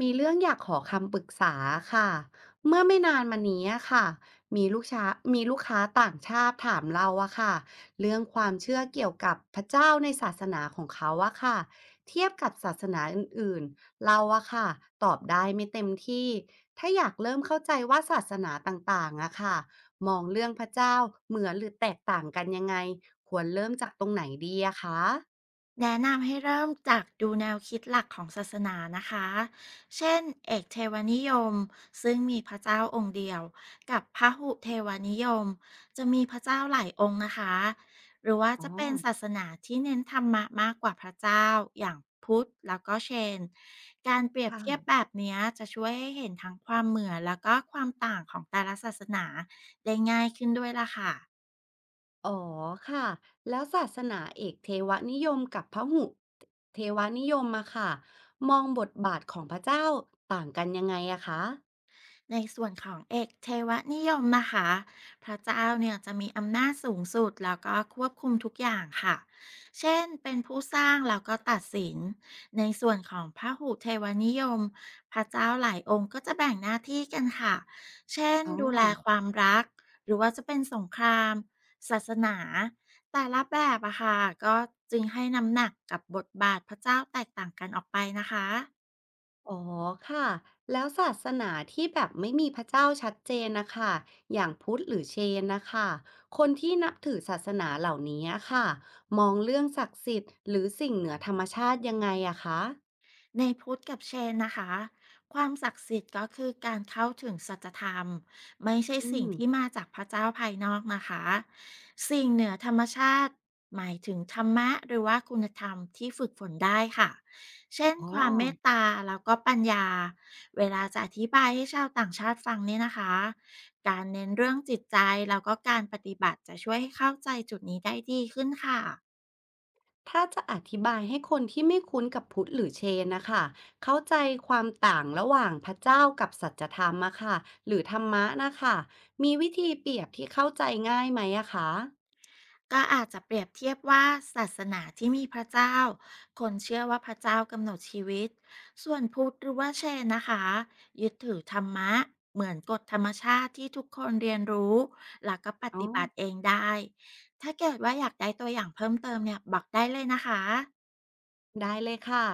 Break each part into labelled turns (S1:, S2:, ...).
S1: มีเรื่องอยากขอคำปรึกษาค่ะเมื่อไม่นานมานี้อะค่ะมีลูกช้ามีลูกค้าต่างชาติถามเราอะค่ะเรื่องความเชื่อเกี่ยวกับพระเจ้าในศาสนาของเขาอะค่ะเทียบกับศาสนาอื่นๆเราอะค่ะตอบได้ไม่เต็มที่ถ้าอยากเริ่มเข้าใจว่าศาสนาต่างๆอะค่ะมองเรื่องพระเจ้าเหมือนหรือแตกต่างกันยังไงควรเริ่มจากตรงไหนดีอะคะ
S2: แนะนำให้เริ่มจากดูแนวคิดหลักของศาสนานะคะ เช่นเอกเทวนิยมซึ่งมีพระเจ้าองค์เดียวกับพหุเทวนิยมจะมีพระเจ้าหลายองค์นะคะหรือว่า
S1: อ๋อ
S2: จะเป็นศาสนาที่เน้นธรรมะมากกว่าพระเจ้าอย่างพุทธแล้วก็เชนการเปรียบ
S1: ค่ะ
S2: เทียบแบบเนี้ยจะช่วยให้เห็นทั้งความเหมือนแล้วก็ความต่างของแต่ละศาสนาได้ง่ายขึ้นด้วยล่ะค่ะ
S1: อ๋อค่ะแล้วศาสนาเอกเทวนิยมกับพหุเทวนิยมมาค่ะมองบทบาทของพระเจ้าต่างกันยังไงอะคะ
S2: ในส่วนของเอกเทวนิยมนะคะพระเจ้าเนี่ยจะมีอำนาจสูงสุดแล้วก็ควบคุมทุกอย่างค่ะเช่นเป็นผู้สร้างแล้วก็ตัดสินในส่วนของพระหูเทวนิยมพระเจ้าหลายองค์ก็จะแบ่งหน้าที่กันค่ะเช่น
S1: อ๋อ
S2: ดูแลความรักหรือว่าจะเป็นสงครามศาสนาแต่ละแบบอะค่ะก็จึงให้น้ำหนักกับบทบาทพระเจ้าแตกต่างกันออกไปนะคะ
S1: อ๋อค่ะแล้วศาสนาที่แบบไม่มีพระเจ้าชัดเจนนะคะอย่างพุทธหรือเชนนะคะคนที่นับถือศาสนาเหล่านี้อะค่ะมองเรื่องศักดิ์สิทธิ์หรือสิ่งเหนือธรรมชาติยังไงอะคะ
S2: ในพุทธกับเชนนะคะความศักดิ์สิทธิ์ก็คือการเข้าถึงสัจธรรมไม่ใช่
S1: อื
S2: สิ่ง
S1: ม
S2: ที่มาจากพระเจ้าภายนอกนะคะสิ่งเหนือธรรมชาติหมายถึงธรรมะหรือว่าคุณธรรมที่ฝึกฝนได้ค่ะเช่น
S1: อ๋อ
S2: ความเมตตาแล้วก็ปัญญาเวลาจะอธิบายให้ชาวต่างชาติฟังเนี่ยนะคะการเน้นเรื่องจิตใจแล้วก็การปฏิบัติจะช่วยให้เข้าใจจุดนี้ได้ดีขึ้นค่ะ
S1: ถ้าจะอธิบายให้คนที่ไม่คุ้นกับพุทธหรือเชนนะคะเข้าใจความต่างระหว่างพระเจ้ากับสัจธรรมอะค่ะหรือธรรมะนะคะมีวิธีเปรียบที่เข้าใจง่ายไหมอะคะ
S2: ก็อาจจะเปรียบเทียบว่าศาสนาที่มีพระเจ้าคนเชื่อว่าพระเจ้ากำหนดชีวิตส่วนพุทธหรือว่าเชนนะคะยึดถือธรรมะเหมือนกฎธรรมชาติที่ทุกคนเรียนรู้แล้วก็ป
S1: อ๋อ
S2: ฏิบัติเองได้ถ้าเกิดว่าอยากได้ตัวอย่างเพิ่มเติมเนี่ยบอกได้เลยนะคะ
S1: ได้เลยค่ะ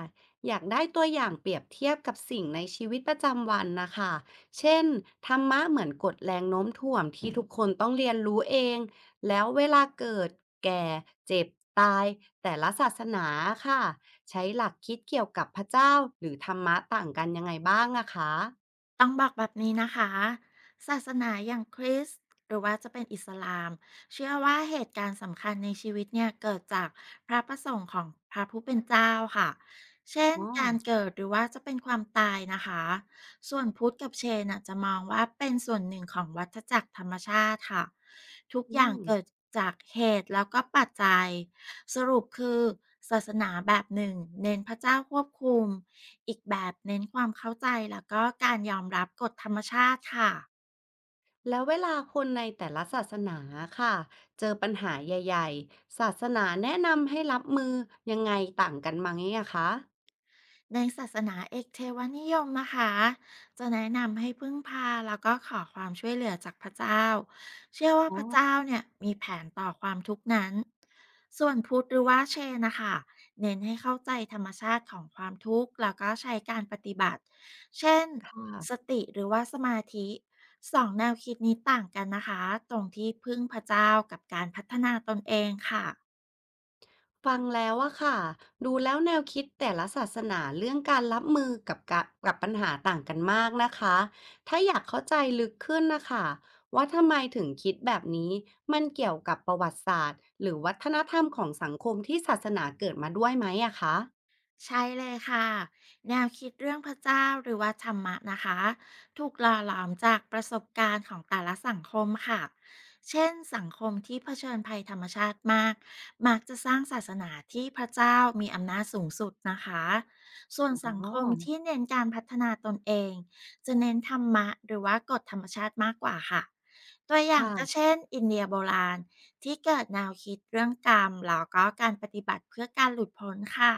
S1: อยากได้ตัวอย่างเปรียบเทียบกับสิ่งในชีวิตประจำวันนะคะเช่นธรรมะเหมือนกฎแรงโน้มถ่วงที่ทุกคนต้องเรียนรู้เองแล้วเวลาเกิดแก่เจ็บตายแต่ละศาสนาค่ะใช้หลักคิดเกี่ยวกับพระเจ้าหรือธรรมะต่างกันยังไงบ้างอะคะ
S2: ต้องบอกแบบนี้นะคะศาสนาอย่างคริสต์หรือว่าจะเป็นอิสลามเชื่อว่าเหตุการณ์สำคัญในชีวิตเนี่ยเกิดจากพระประสงค์ของพระผู้เป็นเจ้าค่ะเช่น
S1: อ๋อ
S2: การเกิดหรือว่าจะเป็นความตายนะคะส่วนพุทธกับเชนน่ะจะมองว่าเป็นส่วนหนึ่งของวัฏจักรธรรมชาติค่ะทุกอ
S1: อื
S2: ย่าง
S1: ม
S2: เกิดจากเหตุแล้วก็ปัจจัย สรุปคือศาสนาแบบหนึ่งเน้นพระเจ้าควบคุม อีกแบบเน้นความเข้าใจแล้วก็การยอมรับกฎธรรมชาติค่ะ
S1: แล้วเวลาคนในแต่ละศาสนาค่ะเจอปัญหาใหญ่ๆศาสนาแนะนำให้รับมือยังไงต่างกันไหมอะคะ
S2: ในศาสนาเอกเทวนิยมนะคะจะแนะนำให้พึ่งพาแล้วก็ขอความช่วยเหลือจากพระเจ้าเชื่อว่า
S1: อ๋อ
S2: พระเจ้าเนี่ยมีแผนต่อความทุกข์นั้นส่วนพุทธหรือว่าเชนนะคะเน้นให้เข้าใจธรรมชาติของความทุกข์แล้วก็ใช้การปฏิบัติเช่น
S1: ค่
S2: ส
S1: ะ
S2: ติหรือว่าสมาธิสองแนวคิดนี้ต่างกันนะคะตรงที่พึ่งพระเจ้ากับการพัฒนาตนเองค่ะ
S1: ฟังแล้วอะค่ะดูแล้วแนวคิดแต่ละศาสนาเรื่องการรับมือกับกับปัญหาต่างกันมากนะคะถ้าอยากเข้าใจลึกขึ้นนะคะว่าทำไมถึงคิดแบบนี้มันเกี่ยวกับประวัติศาสตร์หรือวัฒนธรรมของสังคมที่ศาสนาเกิดมาด้วยไหมอะคะ
S2: ใช่เลยค่ะแนวคิดเรื่องพระเจ้าหรือว่าธรรมะนะคะถูกหล่อหลอมจากประสบการณ์ของแต่ละสังคมค่ะเช่นสังคมที่เผชิญภัยธรรมชาติมากมักจะสร้างศาสนาที่พระเจ้ามีอำนาจสูงสุดนะคะส่วน
S1: อ๋
S2: สั
S1: อ
S2: งคมที่เน้นการพัฒนาตนเองจะเน้นธรรมะหรือว่ากฎธรรมชาติมากกว่าค่ะตัวอย่างก็
S1: ค่ะ
S2: เช่นอินเดียโบราณที่เกิดแนวคิดเรื่องกรรมแล้วก็การปฏิบัติเพื่อการหลุดพ้นค่ะ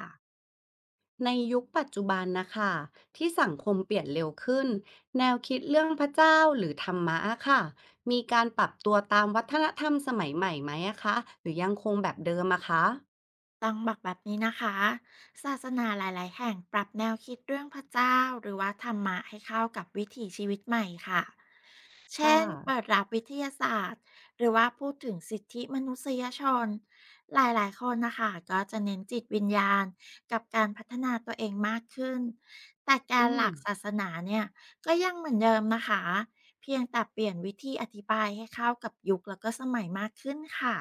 S1: ในยุคปัจจุบันนะคะที่สังคมเปลี่ยนเร็วขึ้นแนวคิดเรื่องพระเจ้าหรือธรรมะอะค่ะมีการปรับตัวตามวัฒนธรรมสมัยใหม่ไหมอะคะหรือยังคงแบบเดิมอะคะ
S2: ต้องบอกแบบนี้นะคะ ศาสนาหลายๆแห่งปรับแนวคิดเรื่องพระเจ้าหรือว่าธรรมะให้เข้ากับวิถีชีวิตใหม่ค่ะ เช่
S1: ค่ะ
S2: น เปิดรับวิทยาศาสตร์หรือว่าพูดถึงสิทธิมนุษยชน หลายๆคนนะคะก็จะเน้นจิตวิญญาณกับการพัฒนาตัวเองมากขึ้น แต่แก
S1: อื
S2: นห
S1: ม
S2: ลักศาสนาเนี่ยก็ยังเหมือนเดิมนะคะ เพียงแต่เปลี่ยนวิธีอธิบายให้เข้ากับยุคแล้วก็สมัยมากขึ้นค่ะ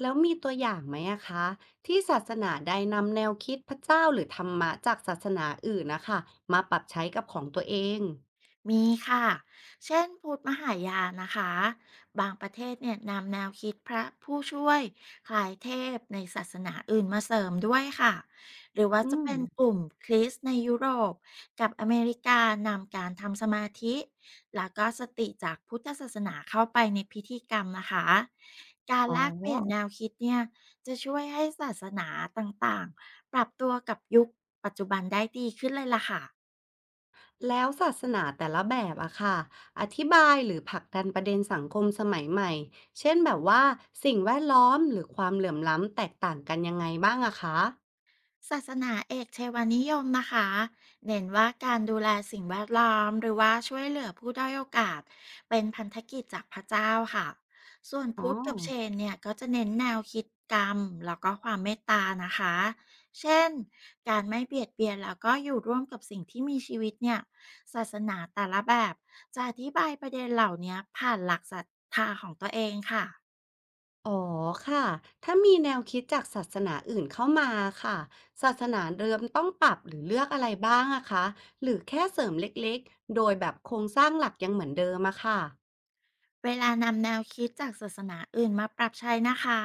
S1: แล้วมีตัวอย่างไหมอะคะที่ศาสนาใดนำแนวคิดพระเจ้าหรือธรรมะจากศาสนาอื่นนะคะมาปรับใช้กับของตัวเอง
S2: มีค่ะ เช่นพุทธมหายานนะคะ บางประเทศเนี่ยนำแนวคิดพระผู้ช่วยคล้ายเทพในศาสนาอื่นมาเสริมด้วยค่ะ หรือว่า
S1: อื
S2: จะ
S1: ม
S2: เป็นกลุ่มคริสต์ในยุโรปกับอเมริกานำการทำสมาธิแล้วก็สติจากพุทธศาสนาเข้าไปในพิธีกรรมนะคะ การ
S1: อ๋อ
S2: แลกเปลี่ยนแนวคิดเนี่ยจะช่วยให้ศาสนาต่างๆปรับตัวกับยุคปัจจุบันได้ดีขึ้นเลยล่ะค่ะ
S1: แล้วศาสนาแต่ละแบบอะค่ะอธิบายหรือผลักดันประเด็นสังคมสมัยใหม่เช่นแบบว่าสิ่งแวดล้อมหรือความเหลื่อมล้ำแตกต่างกันยังไงบ้างอะคะ
S2: ศาสนาเอกเทวานิยมนะคะเน้นว่าการดูแลสิ่งแวดล้อมหรือว่าช่วยเหลือผู้ด้อยโอกาสเป็นพันธกิจจากพระเจ้าค่ะส่วน
S1: อ๋
S2: พุ
S1: อ
S2: ทธกับเชนเนี่ยก็จะเน้นแนวคิดกรรมแล้วก็ความเมตตานะคะเช่นการไม่เบียดเบียนแล้วก็อยู่ร่วมกับสิ่งที่มีชีวิตเนี่ยศาสนาแต่ละแบบจะอธิบายประเด็นเหล่านี้ผ่านหลักศรัทธาของตัวเองค่ะ
S1: อ๋อค่ะถ้ามีแนวคิดจากศาสนาอื่นเข้ามาค่ะศาสนาเดิมต้องปรับหรือเลือกอะไรบ้างอะคะหรือแค่เสริมเล็กๆโดยแบบโครงสร้างหลักยังเหมือนเดิมอะค่ะ
S2: เวลานำแนวคิดจากศาสนาอื่นมาปรับใช้นะคะ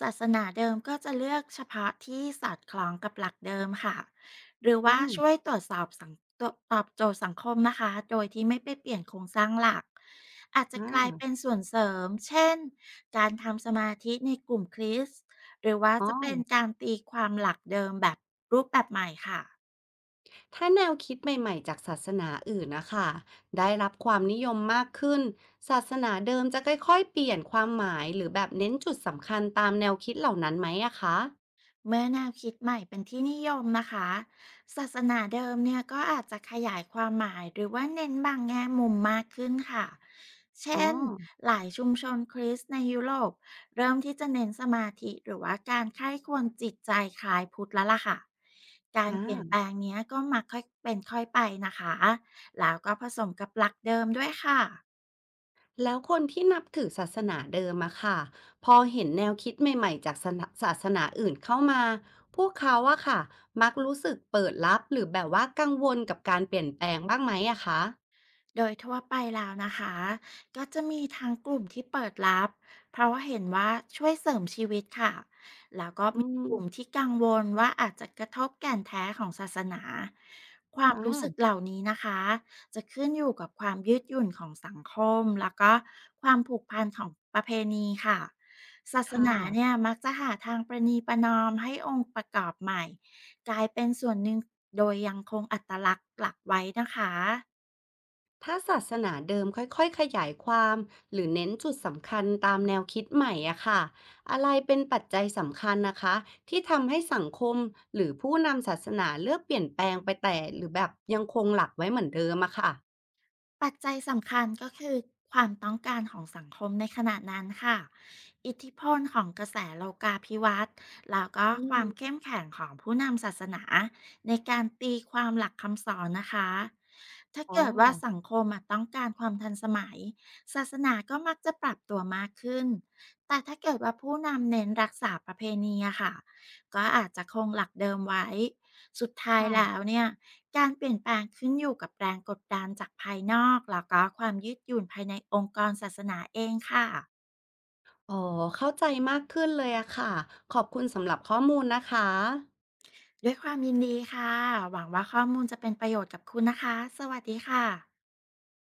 S2: ศาสนาเดิมก็จะเลือกเฉพาะที่สอดคล้องกับหลักเดิมค่ะ หรือ
S1: อื
S2: ว่า
S1: ม
S2: ช่วยตรวจสอบสังตวตอบโจทย์สังคมนะคะ โดยที่ไม่ไปเปลี่ยนโครงสร้างหลัก อาจจะ
S1: อ่
S2: กลายเป็น
S1: า
S2: ส่วนเสริม เช่น การทำสมาธิในกลุ่มคริสต์หรือว่า
S1: อ๋อ
S2: จะเป็นการตีความหลักเดิมแบบรูปแบบใหม่ค่ะ
S1: ถ้าแนวคิดใหม่ๆจากศาสนาอื่นนะคะได้รับความนิยมมากขึ้นศาสนาเดิมจะค่อยๆเปลี่ยนความหมายหรือแบบเน้นจุดสำคัญตามแนวคิดเหล่านั้นไหมอะคะ
S2: เมื่อแนวคิดใหม่เป็นที่นิยมนะคะศาสนาเดิมเนี่ยก็อาจจะขยายความหมายหรือว่าเน้นบางแง่มุมมากขึ้นค่ะ
S1: อ๋อ
S2: เช่นหลายชุมชนคริสต์ในยุโรปเริ่มที่จะเน้นสมาธิหรือว่าการไข้ควรจิตใจคล้ายพุทธแล้วล่ะค่ะการ
S1: อ่
S2: เปลี่ยนแปล
S1: า
S2: งเนี้ยก็มักค่อยเป็นค่อยไปนะคะแล้วก็ผสมกับหลักเดิมด้วยค่ะ
S1: แล้วคนที่นับถือศาสนาเดิมอะค่ะพอเห็นแนวคิดใหม่ๆจากศาสนาอื่นเข้ามาพวกเขาอะค่ะมักรู้สึกเปิดรับหรือแบบว่ากังวลกับการเปลี่ยนแปลงบ้างไหมอะคะ
S2: โดยทั่วไปแล้วนะคะก็จะมีทางกลุ่มที่เปิดรับเพราะว่าเห็นว่าช่วยเสริมชีวิตค่ะแล้วก็
S1: อื
S2: มี
S1: ม
S2: กลุ่มที่กังวลว่าอาจจะกระทบแก่นแท้ของศาสนาความ
S1: อ่
S2: รู้สึกเห
S1: า
S2: ล่านี้นะคะจะขึ้นอยู่กับความยืดหยุ่นของสังคมแล้วก็ความผูกพันของประเพณีค่ะศาส
S1: ค่ะ
S2: นาเนี่ยมักจะหาทางประนีประนอมให้องค์ประกอบใหม่กลายเป็นส่วนหนึ่งโดยยังคงอัตลักษณ์หลักไว้นะคะ
S1: ถ้าศาสนาเดิมค่อยๆขยายความหรือเน้นจุดสำคัญตามแนวคิดใหม่อะค่ะอะไรเป็นปัจจัยสำคัญนะคะที่ทำให้สังคมหรือผู้นำศาสนาเลือกเปลี่ยนแปลงไปแต่หรือแบบยังคงหลักไว้เหมือนเดิมอะค่ะ
S2: ปัจจัยสำคัญก็คือความต้องการของสังคมในขณะนั้นค่ะอิทธิพลของกระแสโลกาภิวัตน์แล้วก็
S1: อื
S2: ค
S1: ม
S2: วามเข้มแข็งของผู้นำศาสนาในการตีความหลักคำสอนนะคะถ้า
S1: อ๋อ
S2: เกิดว่าสังคมอะต้องการความทันสมัยศาสนาก็มักจะปรับตัวมากขึ้นแต่ถ้าเกิดว่าผู้นำเน้นรักษาประเพณีอะค่ะก็อาจจะคงหลักเดิมไว้ สุดท้าย
S1: ค่ะ
S2: แล้วเนี่ยการเปลี่ยนแปลงขึ้นอยู่กับแรงกดดันจากภายนอกแล้วก็ความยืดหยุ่นภายในองค์กรศาสนาเองค่ะ
S1: อ๋อเข้าใจมากขึ้นเลยอะค่ะขอบคุณสำหรับข้อมูลนะคะ
S2: ด้วยความยินดีค่ะหวังว่าข้อมูลจะเป็นประโยชน์กับคุณนะคะสวัสดีค่ะ